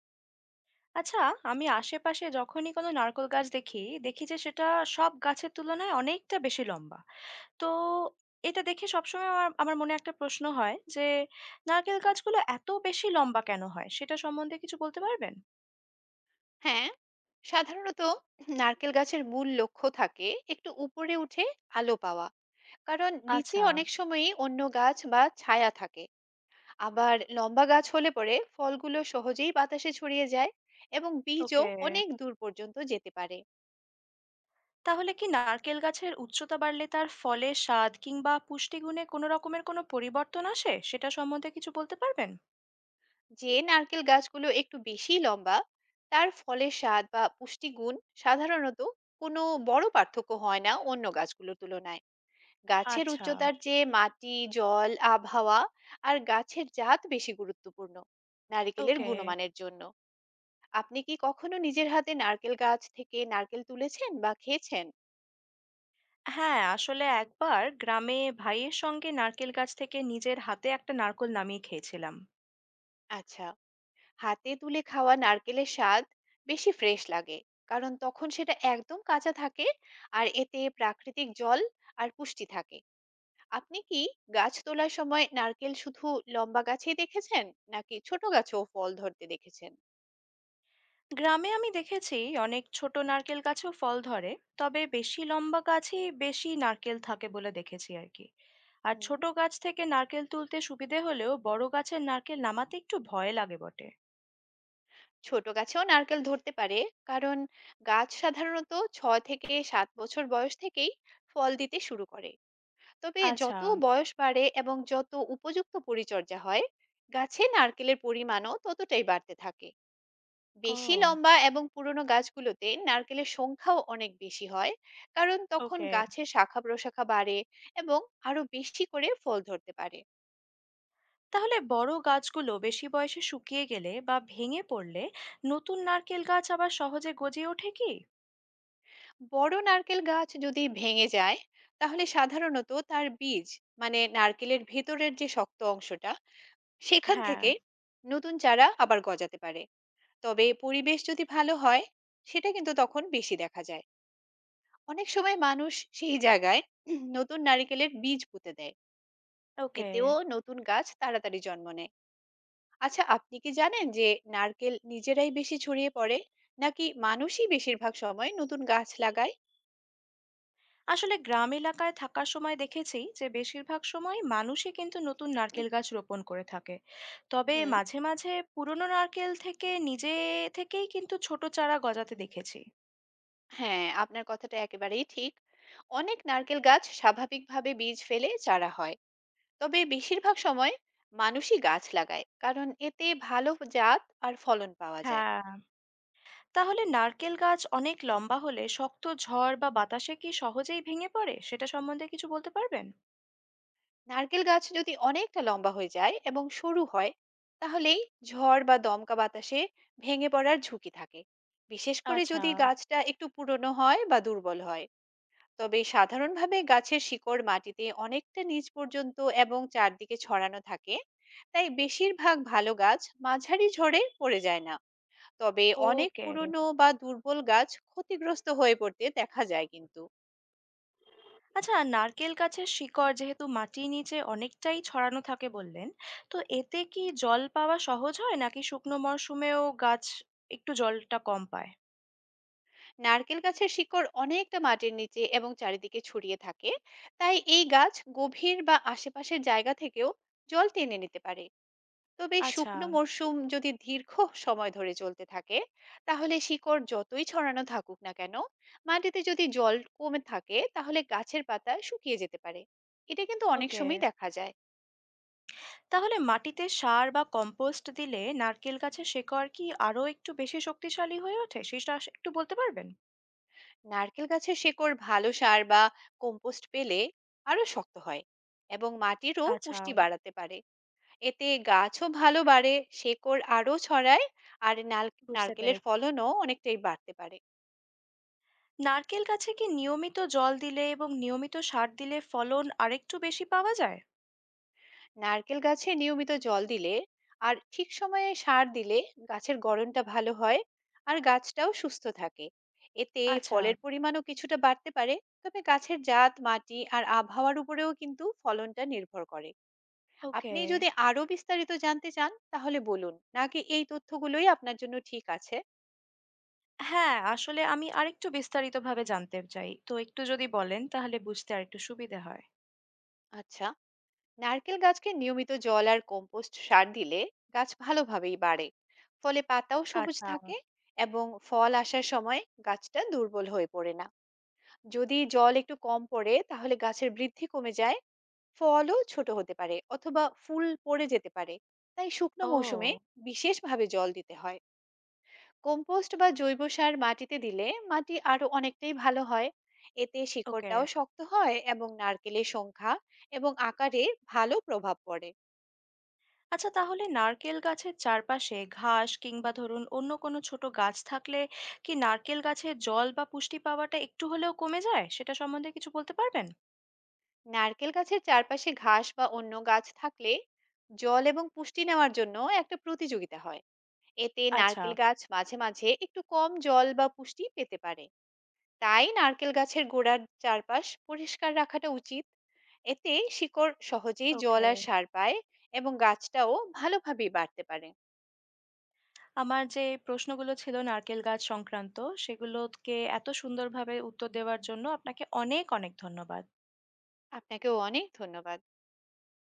আচ্ছা, আমি আশেপাশে যখনই কোনো নারকেল গাছ দেখি, দেখি যে সেটা সব গাছের তুলনায় অনেকটা বেশি লম্বা। তো এটা দেখে সবসময় আমার আমার মনে একটা প্রশ্ন হয় যে নারকেল গাছগুলো এত বেশি লম্বা কেন হয়? সেটা সম্বন্ধে কিছু বলতে পারবেন? হ্যাঁ, সাধারণত নারকেল গাছের মূল লক্ষ্য থাকে একটু উপরে উঠে আলো পাওয়া। কারণ নিচে আচ্ছা, অনেক সময়ই অন্য গাছ বা ছায়া থাকে। আবার লম্বা গাছ হলে পরে ফলগুলো সহজেই বাতাসে ছড়িয়ে যায় এবং বীজও ওকে। অনেক দূর পর্যন্ত যেতে পারে। তাহলে কি নারকেল গাছের উচ্চতা বাড়লে তার ফলের স্বাদ কিংবা পুষ্টিগুণে কোনো রকমের কোনো পরিবর্তন আসে? সেটা সম্বন্ধে কিছু বলতে পারবেন? যে নারকেল গাছগুলো একটু বেশি লম্বা, তার ফলের স্বাদ বা পুষ্টিগুণ সাধারণত কোনো বড় পার্থক্য হয় না অন্য গাছগুলোর তুলনায়। গাছের আচ্ছা, উচ্চতার চেয়ে মাটি, জল, আবহাওয়া আর গাছের জাত বেশি গুরুত্বপূর্ণ নারকেলের ওকে। গুণমানের জন্য। আপনি কি কখনো নিজের হাতে নারকেল গাছ থেকে নারকেল তুলেছেন বা খেয়েছেন? হ্যাঁ, আসলে একবার গ্রামে ভাইয়ের সঙ্গে নারকেল গাছ থেকে নিজের হাতে একটা নারকোল নামিয়ে খেয়েছিলাম। আচ্ছা, হাতে তুলে খাওয়া নারকেলের স্বাদ বেশি ফ্রেশ লাগে, কারণ তখন সেটা একদম কাঁচা থাকে আর এতে প্রাকৃতিক জল আর পুষ্টি থাকে। আপনি কি গাছ তোলার সময় নারকেল শুধু লম্বা গাছেই দেখেছেন, নাকি ছোট গাছেও ফল ধরতে দেখেছেন? গ্রামে আমি দেখেছি অনেক ছোট নারকেল গাছেও ফল ধরে, তবে বেশি লম্বা গাছই বেশি নারকেল থাকে বলে দেখেছি আর কি। আর হুম, ছোট গাছ থেকে নারকেল তুলতে সুবিধে হলেও বড় গাছের নারকেল নামাতে একটু ভয় লাগে বটে। ছোট গাছেও নারকেল ধরতে পারে, কারণ গাছ সাধারণত 6 থেকে 7 বছর বয়স থেকেই ফল দিতে শুরু করে। তবে আচ্ছা, যত বয়স বাড়ে এবং যত উপযুক্ত পরিচর্যা হয়, গাছে নারকেলের পরিমাণও ততটাই বাড়তে থাকে। ও বেশি লম্বা এবং পুরনো গাছগুলোতে নারকেলের সংখ্যাও অনেক বেশি হয়, কারণ তখন ওকে। গাছের শাখা প্রশাখা বাড়ে এবং আরো বেশি করে ফল ধরতে পারে। তাহলে বড় গাছগুলো বেশি বয়সে শুকিয়ে গেলে বা ভেঙে পড়লে নতুন নারকেল গাছ আবার সহজে গজিয়ে ওঠে কি? বড় নারকেল গাছ যদি ভেঙে যায়, তাহলে সাধারণত তার বীজ, মানে নারকেলের ভেতরের যে শক্ত অংশটা, সেখান হ্যাঁ। থেকে নতুন চারা আবার গজাতে পারে। তবে পরিবেশ যদি ভালো হয়, সেটা কিন্তু তখন বেশি দেখা যায়। অনেক সময় মানুষ সেই জায়গায় নতুন নারকেলের বীজ পুঁতে দেয়। ওকে। এতেও নতুন গাছ তাড়াতাড়ি জন্ম নেয়। আচ্ছা, আপনি কি জানেন যে নারকেল নিজেরাই বেশি ছড়িয়ে পড়ে, নাকি মানুষই বেশিরভাগ সময় নতুন গাছ লাগায়? আসলে গ্রাম এলাকায় থাকার সময় দেখেছি যে বেশিরভাগ সময় মানুষই কিন্তু নতুন নারকেল গাছ রোপণ করে থাকে, তবে হুম। মাঝে মাঝে পুরনো নারকেল থেকে নিজে থেকেই কিন্তু ছোট চারা গজাতে দেখেছি। হ্যাঁ, আপনার কথাটা একেবারেই ঠিক। অনেক নারকেল গাছ স্বাভাবিকভাবে বীজ ফেলে চারা হয়, তবে বেশিরভাগ সময় মানুষই গাছ লাগায়, কারণ এতে ভালো জাত আর ফলন পাওয়া যায়। হ্যাঁ, তাহলে নারকেল গাছ অনেক লম্বা হলে শক্ত ঝড় বা বাতাসে কি সহজেই ভেঙে পড়ে? সেটা সম্বন্ধে কিছু বলতে পারবেন? নারকেল গাছ যদি অনেকটা লম্বা হয়ে যায় এবং সরু হয়, তাহলেই ঝড় বা দমকা বাতাসে ভেঙে পড়ার ঝুঁকি থাকে, বিশেষ করে আচ্ছা, যদি গাছটা একটু পুরনো হয় বা দুর্বল হয়। তবে সাধারণভাবে গাছের শিকড় মাটিতে অনেকটা নিচ পর্যন্ত এবং চারদিকে ছড়ানো থাকে, তাই বেশিরভাগ ভালো গাছ মাঝারি ঝড়ে পড়ে যায় না। তবে অনেক ওকে। পুরনো বা দুর্বল গাছ ক্ষতিগ্রস্ত হয়ে পড়তে দেখা যায় কিন্তু। আচ্ছা, নারকেল গাছের শিকড় যেহেতু মাটির নিচে অনেকটাই ছড়ানো থাকে বললেন, তো এতে কি জল পাওয়া সহজ হয় নাকি শুকনো মরশুমেও গাছ একটু জলটা কম পায়? নারকেল গাছের শিকড় অনেকটা মাটির নিচে এবং চারিদিকে ছড়িয়ে থাকে, তাই এই গাছ গভীর বা আশেপাশের জায়গা থেকেও জল টেনে নিতে পারে। তবে আচ্ছা, শুকনো মরশুম যদি দীর্ঘ সময় ধরে চলতে থাকে, তাহলে শিকড় যতই ছড়ানো থাকুক না কেন, মাটিতে যদি জল কমে থাকে, তাহলে গাছের পাতা শুকিয়ে যেতে পারে। এটা কিন্তু অনেক ওকে। সময় দেখা যায়। তাহলে মাটিতে সার বা কম্পোস্ট দিলে নারকেল গাছের শিকড় কি আরো একটু বেশি শক্তিশালী হয়ে ওঠে? সেটা একটু বলতে পারবেন? নারকেল গাছের শিকড় ভালো সার বা কম্পোস্ট পেলে আরো শক্ত হয় এবং মাটিরও আচ্ছা, পুষ্টি বাড়াতে পারে। এতে গাছও ভালো বাড়ে, শিকড় আরো ছড়ায় আর বুঝতে নারকেলের পেরেছি। ফলনও অনেকটাই বাড়তে পারে। নারকেল গাছে কি নিয়মিত জল দিলে এবং নিয়মিত সার দিলে ফলন আরেকটু বেশি পাওয়া যায়? নারকেল গাছে নিয়মিত জল দিলে আর ঠিক সময়ে সার দিলে গাছের গড়নটা ভালো হয় আর গাছটাও সুস্থ থাকে। এতে আচ্ছা, ফলের পরিমাণও কিছুটা বাড়তে পারে। তবে গাছের জাত, মাটি আর আবহাওয়ার উপরেও কিন্তু ফলনটা নির্ভর করে। ওকে। আপনি যদি আরো বিস্তারিত জানতে চান, তাহলে বলুন, নাকি এই তথ্যগুলোই আপনার জন্য ঠিক আছে? হ্যাঁ, আসলে আমি আরেকটু বিস্তারিতভাবে জানতে চাই। তো একটু যদি বলেন তাহলে বুঝতে আরেকটু সুবিধে হয়। আচ্ছা, নারকেল গাছকে নিয়মিত জল আর কম্পোস্ট সার দিলে গাছ ভালোভাবেই বাড়ে, ফলে পাতাও সবুজ আচ্ছা। থাকে এবং ফল আসার সময় গাছটা দুর্বল হয়ে পড়ে না। যদি জল একটু কম পড়ে, তাহলে গাছের বৃদ্ধি কমে যায়, ফলও ছোট হতে পারে অথবা ফুল পড়ে যেতে পারে। তাই শুকনো মৌসুমে ও! বিশেষভাবে জল দিতে হয়। কম্পোস্ট বা জৈব সার মাটিতে দিলে মাটি আরো অনেকটাই ভালো হয়। এতে ওকে। শিকড়টাও শক্ত হয় এবং নারকেলের সংখ্যা এবং আকারে ভালো প্রভাব পড়ে। আচ্ছা, তাহলে নারকেল গাছের চারপাশে ঘাস কিংবা ধরুন অন্য কোনো ছোট গাছ থাকলে কি নারকেল গাছের জল বা পুষ্টি পাওয়াটা একটু হলেও কমে যায়? সেটা সম্বন্ধে কিছু বলতে পারবেন? নারকেল গাছের চারপাশে ঘাস বা অন্য গাছ থাকলে জল এবং পুষ্টি নেওয়ার জন্য একটা প্রতিযোগিতা হয়। এতে আচ্ছা, নারকেল গাছ মাঝে মাঝে একটু কম জল বা পুষ্টি পেতে পারে। তাই নারকেল গাছের গোড়ার চারপাশ পরিষ্কার রাখাটা উচিত। এতে শিকড় সহজেই জল ওকে। আর সার পায় এবং গাছটাও ভালোভাবেই বাড়তে পারে। আমার যে প্রশ্নগুলো ছিল নারকেল গাছ সংক্রান্ত সেগুলোকে এত সুন্দরভাবে উত্তর দেওয়ার জন্য আপনাকে অনেক, অনেক ধন্যবাদ। আপনাকেও অনেক ধন্যবাদ।